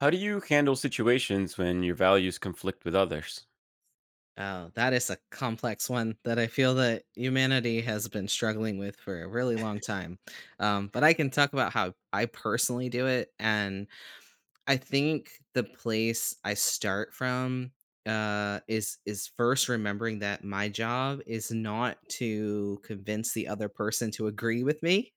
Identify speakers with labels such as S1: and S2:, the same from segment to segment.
S1: How do you handle situations when your values conflict with others?
S2: Oh, that is a complex one that I feel that humanity has been struggling with for a really long time. But I can talk about how I personally do it. And I think the place I start from is first remembering that my job is not to convince the other person to agree with me.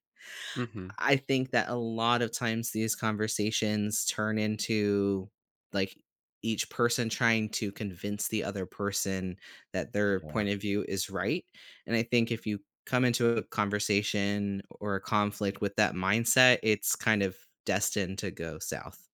S1: Mhm.
S2: I think that a lot of times these conversations turn into like each person trying to convince the other person that their
S1: Yeah.
S2: point of view is right. And I think if you come into a conversation or a conflict with that mindset, it's kind of destined to go south.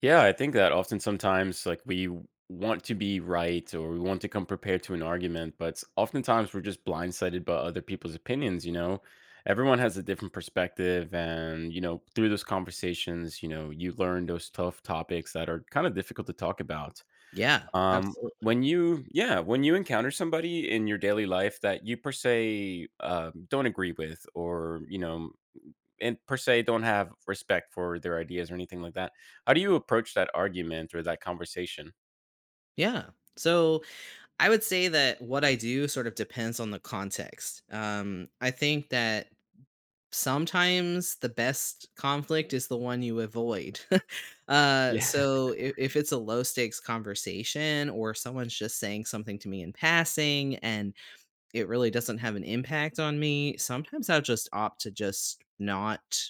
S1: Yeah, I think that often sometimes, like, we w want to be right or we want to come prepared to an argument, but oftentimes we're just blindsided by other people's opinions? Everyone has a different perspective and through those conversations, you learn those tough topics that are kinda difficult to talk about.
S2: Yeah,
S1: Um,
S2: absolutely.
S1: when you yeah, when you encounter somebody in your daily life that you per se, don't agree with or and per se don't have respect for their ideas or anything like that. How do you approach that argument or that conversation?
S2: Yeah. So I would say that what I do sort of depends on the context. I think that sometimes the best conflict is the one you avoid. uh,
S1: Yeah.
S2: so if, if it's a low stakes conversation or someone's just saying something to me in passing and it really doesn't have an impact on me, sometimes I'll just opt to just not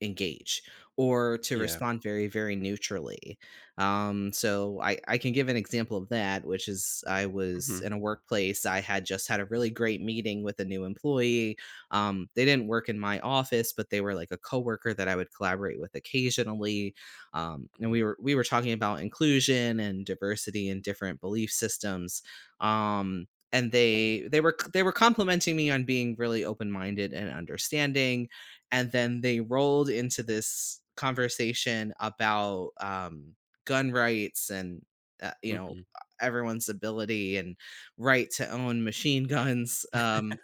S2: engage, or to
S1: Yeah.
S2: respond very, very neutrally. So I can give an example of that, which is I was in
S1: Mhm.
S2: a workplace. I had just had a really great meeting with a new employee. They didn't work in my office, but they were like a coworker that I would collaborate with occasionally. And
S1: Mhm.
S2: we were talking about inclusion and diversity and different belief systems. Um, and they were complimenting me on being really open-minded and understanding, and then they rolled into this conversation about gun rights and uh, you know
S1: Mhm.
S2: everyone's ability and right to own machine guns,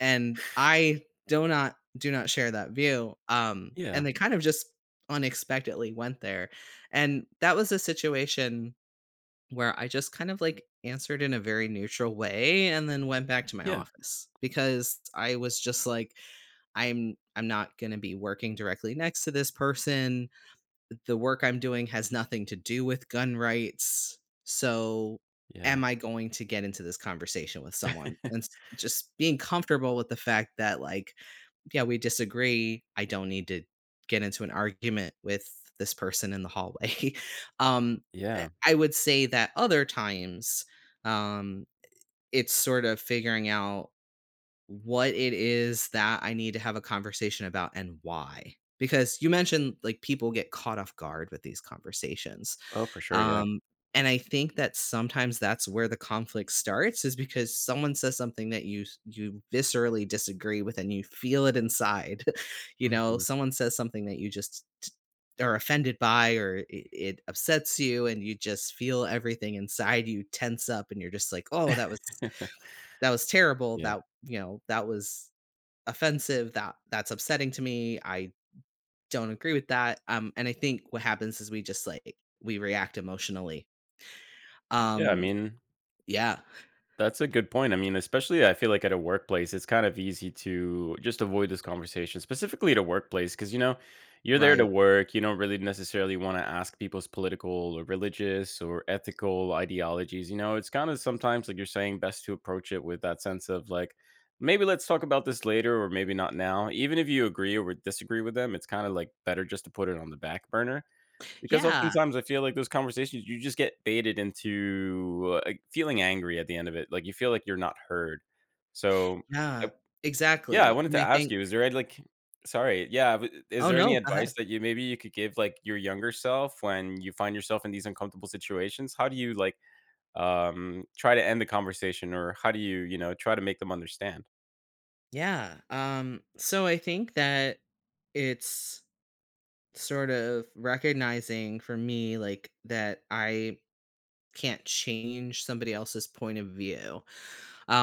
S2: and I do not share that view, and
S1: Yeah.
S2: they kind of just unexpectedly went there. And that was a situation where I just kind of, like, answered in a very neutral way and then went back to my
S1: Yeah.
S2: office because I was just like, "I'm not gonna be working directly next to this person. The work I'm doing has nothing to do with gun rights. So
S1: Yeah.
S2: am I going to get into this conversation with someone?" And just being comfortable with the fact that, like, yeah, we disagree. I don't need to get into an argument with this person in the hallway. um
S1: Yeah.
S2: I would say that other times, um it's sort of figuring out what it is that I need to have a conversation about and why. Because you mentioned, like, people get caught off guard with these conversations.
S1: Oh, for sure. Yeah.
S2: Um, and I think that sometimes that's where the conflict starts, is because someone says something that you viscerally disagree with and you feel it inside. You know,
S1: Mhm.
S2: someone says something that you just are offended by, or it upsets you, and you just feel everything inside you tense up, and you're just like, "Oh, that was terrible.
S1: Yeah.
S2: That you know that was offensive. That's upsetting to me. I don't agree with that." And I think what happens is, we just, like, we react emotionally.
S1: Yeah. I
S2: Um,
S1: mean,
S2: yeah,
S1: that's a good point. I mean, especially I feel like at a workplace, it's kind of easy to just avoid this conversation, specifically at a workplace, because you know, you're there to
S2: right.
S1: work. You don't really necessarily want to ask people's political or religious or ethical ideologies. You know, it's kind of sometimes like you're saying, best to approach it with that sense of like, maybe let's talk about this later or maybe not now. Even if you agree or disagree with them, it's kind of like better just to put it on the back burner because
S2: Yeah,
S1: oftentimes I feel like those conversations, you just get baited into, feeling angry at the end of it, like, you feel like you're not heard. So,
S2: yeah,
S1: uh yeah, I
S2: exactly.
S1: wanted
S2: And
S1: to
S2: I
S1: ask
S2: think,
S1: you, is there any, like sorry, yeah, but is
S2: oh
S1: there any
S2: no, go
S1: advice
S2: ahead.
S1: that you maybe you could give, like, your younger self when you find yourself in these uncomfortable situations? How do you try to end the conversation, or how do you, you know, try to make them understand?
S2: Yeah. So I think that it's sort of recognizing for me, like, that I can't change somebody else's point of view.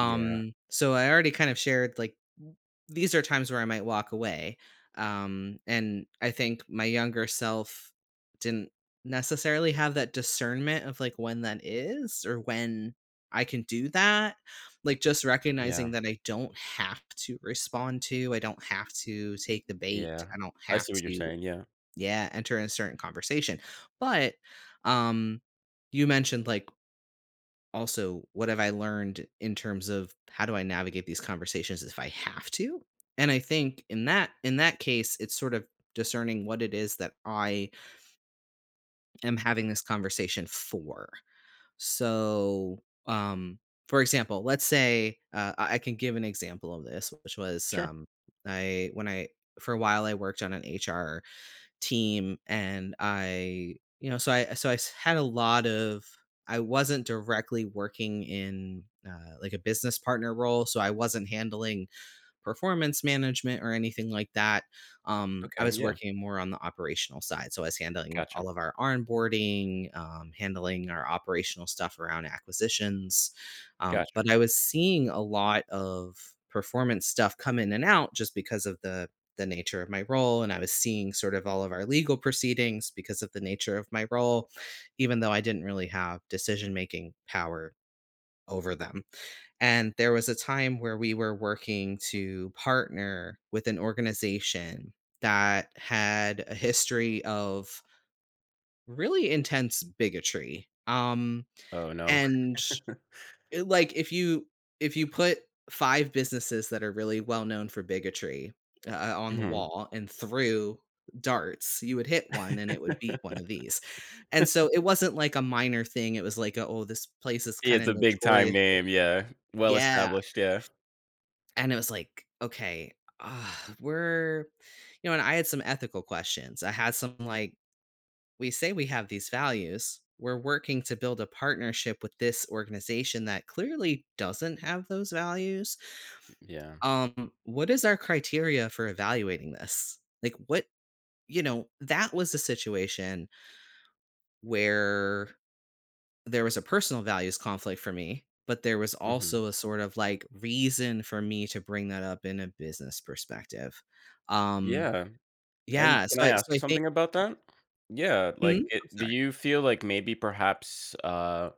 S1: Yeah,
S2: so I already kind of shared like these are times where I might walk away. And I think my younger self didn't necessarily have that discernment of like when that is or when I can do that. Like, just
S1: yeah,
S2: recognizing that I don't have to respond, to, I don't have to take the bait,
S1: yeah.
S2: I don't
S1: I
S2: have
S1: see what you're
S2: to,
S1: saying, yeah.
S2: yeah, enter in a certain conversation. But um you mentioned, like, also what have I learned in terms of how do I navigate these conversations if I have to? And I think in that case, it's sort of discerning what it is that I am having this conversation for. So, for example, let's say I can give an example of this, which was
S1: Sure,
S2: I when I for a while I worked on an HR team, and I you know, so I s- had a lot of I wasn't directly working in like a business partner role, so I wasn't handling performance management or anything like that. I
S1: okay,
S2: was
S1: yeah,
S2: working more on the operational side. So I was handling
S1: gotcha,
S2: all of our onboarding, handling our operational stuff around acquisitions. Um,
S1: gotcha.
S2: but I was seeing a lot of performance stuff come in and out just because of the nature of my role, and I was seeing sort of all of our legal proceedings because of the nature of my role, even though I didn't really have decision making power over them. And there was a time where we were working to partner with an organization that had a history of really intense bigotry. Um
S1: Oh, no.
S2: and like, if you put five businesses that are really well known for bigotry on the wall and threw darts, you would hit one and it would be one of these. And so it wasn't like a minor thing. It was like, a, oh, this place is
S1: Yeah,
S2: kind
S1: it's
S2: of
S1: a big time
S2: notoriously.
S1: name, yeah. Well
S2: Yeah.
S1: established, yeah.
S2: And it was like, okay, uh, we're, and I had some ethical questions. I had some, like, we say we have these values. We're working to build a partnership with this organization that clearly doesn't have those values.
S1: Yeah.
S2: What is our criteria for evaluating this? That was a situation where there was a personal values conflict for me, but there was
S1: Mhm.
S2: also a sort of like reason for me to bring that up in a business perspective. Um,
S1: Yeah. And
S2: yeah,
S1: can
S2: so
S1: I
S2: I
S1: ask
S2: so
S1: you
S2: I think.
S1: something about that? Yeah,
S2: Hmm?
S1: like,
S2: I'm
S1: it do
S2: sorry.
S1: you feel like maybe perhaps, uh,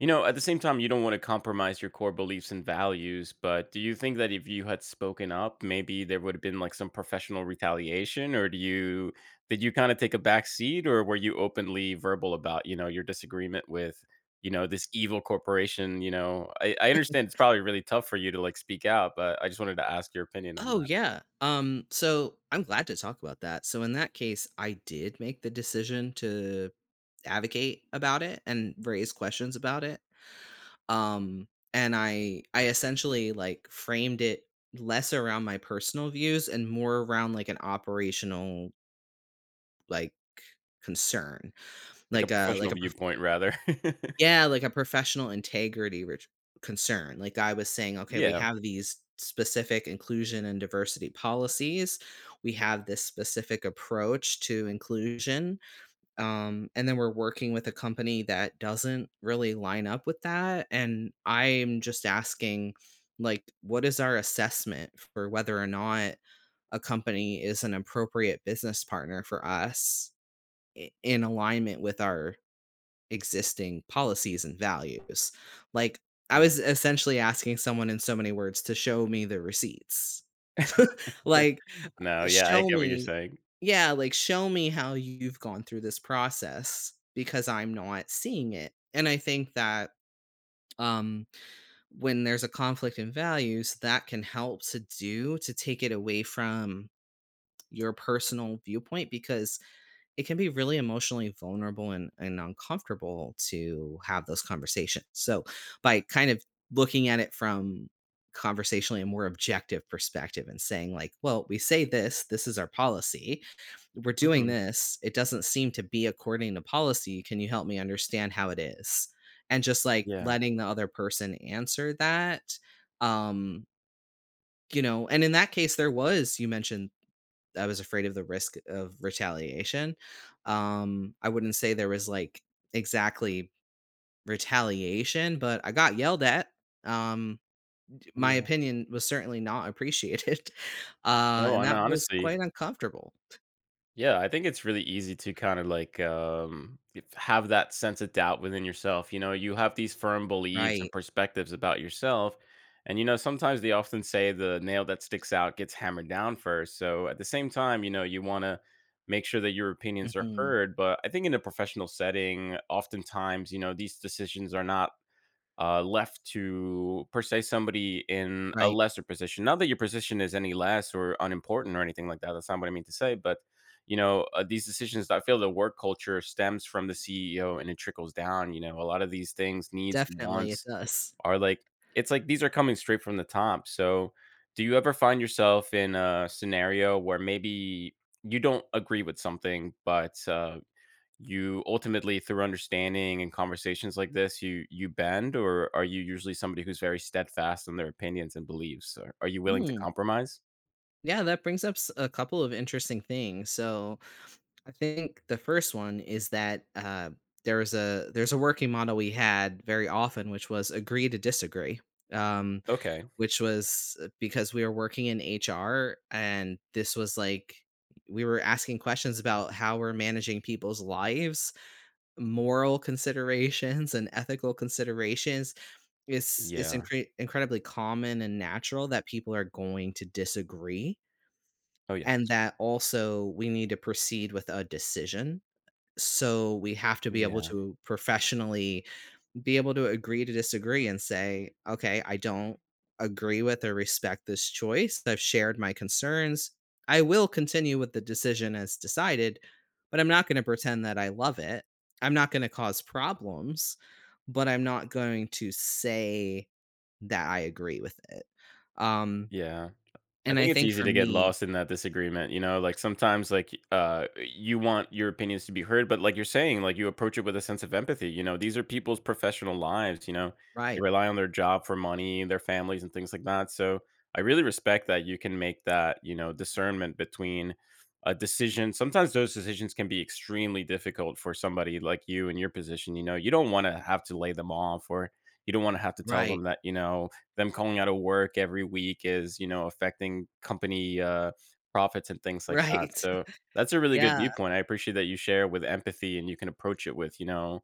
S1: you know, at the same time, you don't wanna compromise your core beliefs and values, but do you think that if you had spoken up, maybe there would've been, like, some professional retaliation, or do you did you kinda take a back seat, or were you openly verbal about, you know, your disagreement with, you know, this evil corporation, you know? I understand it's probably really tough for you to, like, speak out, but I just wanted to ask your opinion on
S2: Oh
S1: that,
S2: yeah. So I'm glad to talk about that. So in that case, I did make the decision to advocate about it and raise questions about it. Um, and I essentially like framed it less around my personal views and more around like an operational, like, concern,
S1: like a
S2: like
S1: professional
S2: a prof
S1: viewpoint rather.
S2: yeah, like a professional integrity ret concern. Like, I was saying, "Okay, we
S1: Yeah,
S2: have these specific inclusion and diversity policies, we have this specific approach to inclusion, and then we're working with a company that doesn't really line up with that," and I'm just asking, like, what is our assessment for whether or not a company is an appropriate business partner for us, I in alignment with our existing policies and values. Like, I
S1: yeah.
S2: was essentially asking someone in so many words to show me the receipts. like
S1: No, yeah, I
S2: show
S1: get what you're
S2: me
S1: saying.
S2: yeah, like, show me how you've gone through this process, because I'm not seeing it. And I think that um when there's a conflict in values, that can help to do, to take it away from your personal viewpoint, because it can be really emotionally vulnerable and uncomfortable to have those conversations. So by kind of looking at it from, conversationally, a more objective perspective and saying, like, well, we say this. This is our policy. We're doing
S1: Mhm.
S2: this. It doesn't seem to be according to policy. Can you help me understand how it is? And just, like,
S1: Yeah,
S2: letting the other person answer that. Um, you know, and in that case, there was, you mentioned, I was afraid of the risk of retaliation. I wouldn't say there was, like, exactly retaliation, but I got yelled at. Um, my
S1: yeah.
S2: opinion was certainly not appreciated,
S1: No,
S2: and
S1: and
S2: that was
S1: honestly
S2: quite uncomfortable.
S1: yeah, I think it's really easy to kind of, like, if have that sense of doubt within yourself, you know? You have these firm beliefs and
S2: Right.
S1: perspectives about yourself, and, you know, sometimes they often say the nail that sticks out gets hammered down first, so at the same time, you know, you wanna make sure that your opinions are
S2: Mhm.
S1: heard, but I think in a professional setting, oftentimes, you know, these decisions are not left to per se somebody in a
S2: Right.
S1: lesser position. Not that your position is any less or unimportant or anything like that. That's not what I mean to say. But you know, these decisions. I feel the work culture stems from the CEO and it trickles down. You know, a lot of these things, needs,
S2: Definitely, it
S1: wants,
S2: does.
S1: are it's like these are coming straight from the top. So, do you ever find yourself in a scenario where maybe you don't agree with something, but you ultimately through understanding and conversations like this you bend or are you usually somebody who's very steadfast in their opinions and beliefs? Are you willing to
S2: Mm.
S1: compromise?
S2: Yeah, that brings up a couple of interesting things. So, I think the first one is that there's a working model we had very often, which was agree to disagree. Um,
S1: Okay,
S2: which was because we were working in HR, and this was like, we were asking questions about how we're managing people's lives, moral considerations, and ethical considerations. It's
S1: yeah.
S2: incredibly common and natural that people are going to disagree,
S1: Oh yes.
S2: and that also we need to proceed with a decision, so we have to be able
S1: Yeah,
S2: to professionally be able to agree to disagree and say, okay, I don't agree with or respect this choice. I've shared my concerns. I will continue with the decision as decided, but I'm not going to pretend that I love it. I'm not going to cause problems, but I'm not going to say that I agree with it. Um,
S1: yeah, I
S2: and I
S1: think it's
S2: think,
S1: easy
S2: for
S1: to get
S2: me,
S1: lost in that disagreement, you know, like sometimes like you want your opinions to be heard, but like you're saying, like you approach it with a sense of empathy, you know, these are people's professional lives, you know. They
S2: right,
S1: rely on their job for money, their families and things like that. So I really respect that you can make that, you know, discernment between a decision. Sometimes those decisions can be extremely difficult for somebody like you in your position, you know. You don't want to have to lay them off or you don't want to have to tell
S2: right,
S1: them that, you know, them calling out of work every week is, you know, affecting company profits and things like that.
S2: right.
S1: So that's a really good
S2: Yeah.
S1: viewpoint. I appreciate that you share with empathy and you can approach it with, you know,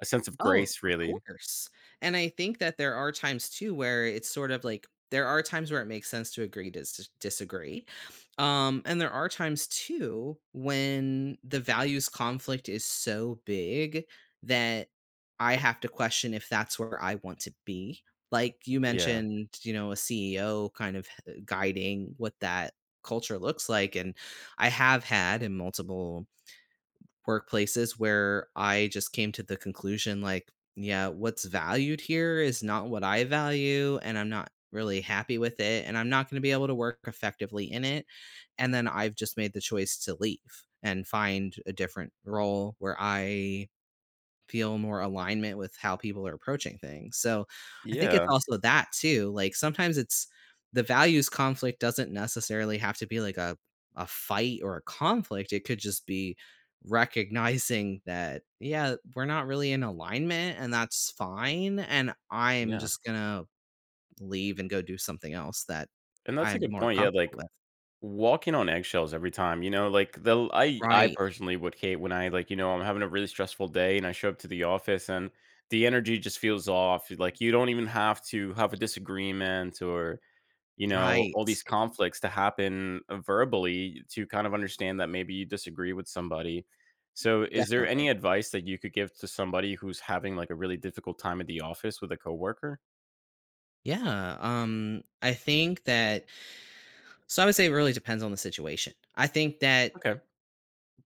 S1: a sense of
S2: Oh,
S1: grace,
S2: of
S1: really.
S2: course. And I think that there are times too where it's sort of like, there are times where it makes sense to agree to disagree. And there are times too when the values conflict is so big that I have to question if that's where I want to be. Like you
S1: Yeah.
S2: mentioned, you know, a CEO kind of guiding what that culture looks like. And I have had in multiple workplaces where I just came to the conclusion, like, yeah, what's valued here is not what I value, and I'm not really happy with it, and I'm not going to be able to work effectively in it. And then I've just made the choice to leave and find a different role where I feel more alignment with how people are approaching things. So I think it's
S1: Yeah.
S2: also that too. Like, sometimes it's, the values conflict doesn't necessarily have to be like a fight or a conflict. It could just be recognizing that, yeah, we're not really in alignment, and that's fine, and I'm
S1: Yeah.
S2: just going to leave and go do something else that
S1: And that's a
S2: I'm
S1: good
S2: more
S1: point. Yeah,
S2: comfortable
S1: like
S2: with.
S1: walking on eggshells every time, you know, like the I
S2: Right.
S1: personally would hate when I, you know, I'm having a really stressful day and I show up to the office and the energy just feels off. Like you don't even have to have a disagreement or you know, all
S2: Right.
S1: these conflicts to happen verbally to kind of understand that maybe you disagree with somebody. So, is there any
S2: Definitely.
S1: advice that you could give to somebody who's having like a really difficult time at the office with a coworker?
S2: Yeah, I think that, so I would say it really depends on the situation. I think that
S1: Okay.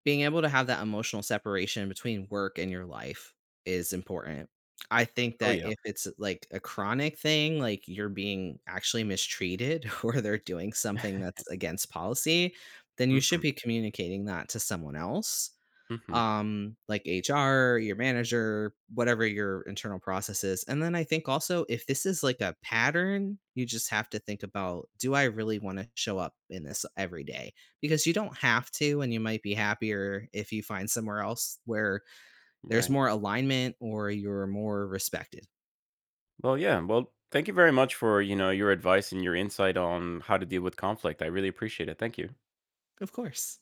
S2: being able to have that emotional separation between work and your life is important. I think
S1: Oh
S2: that
S1: yeah.
S2: if it's like a chronic thing, like you're being actually mistreated or they're doing something that's against policy, then you should
S1: Hmm.
S2: be communicating that to someone else,
S1: Hmm.
S2: like HR, your manager, whatever your internal process is. And then I think also, if this is like a pattern, you just have to think about, do I really want to show up in this every day? Because you don't have to, and you might be happier if you find somewhere else where there's
S1: Right.
S2: more alignment or you're more respected.
S1: Well, yeah. Well, thank you very much for you know your advice and your insight on how to deal with conflict. I really appreciate it. Thank you.
S2: Of course.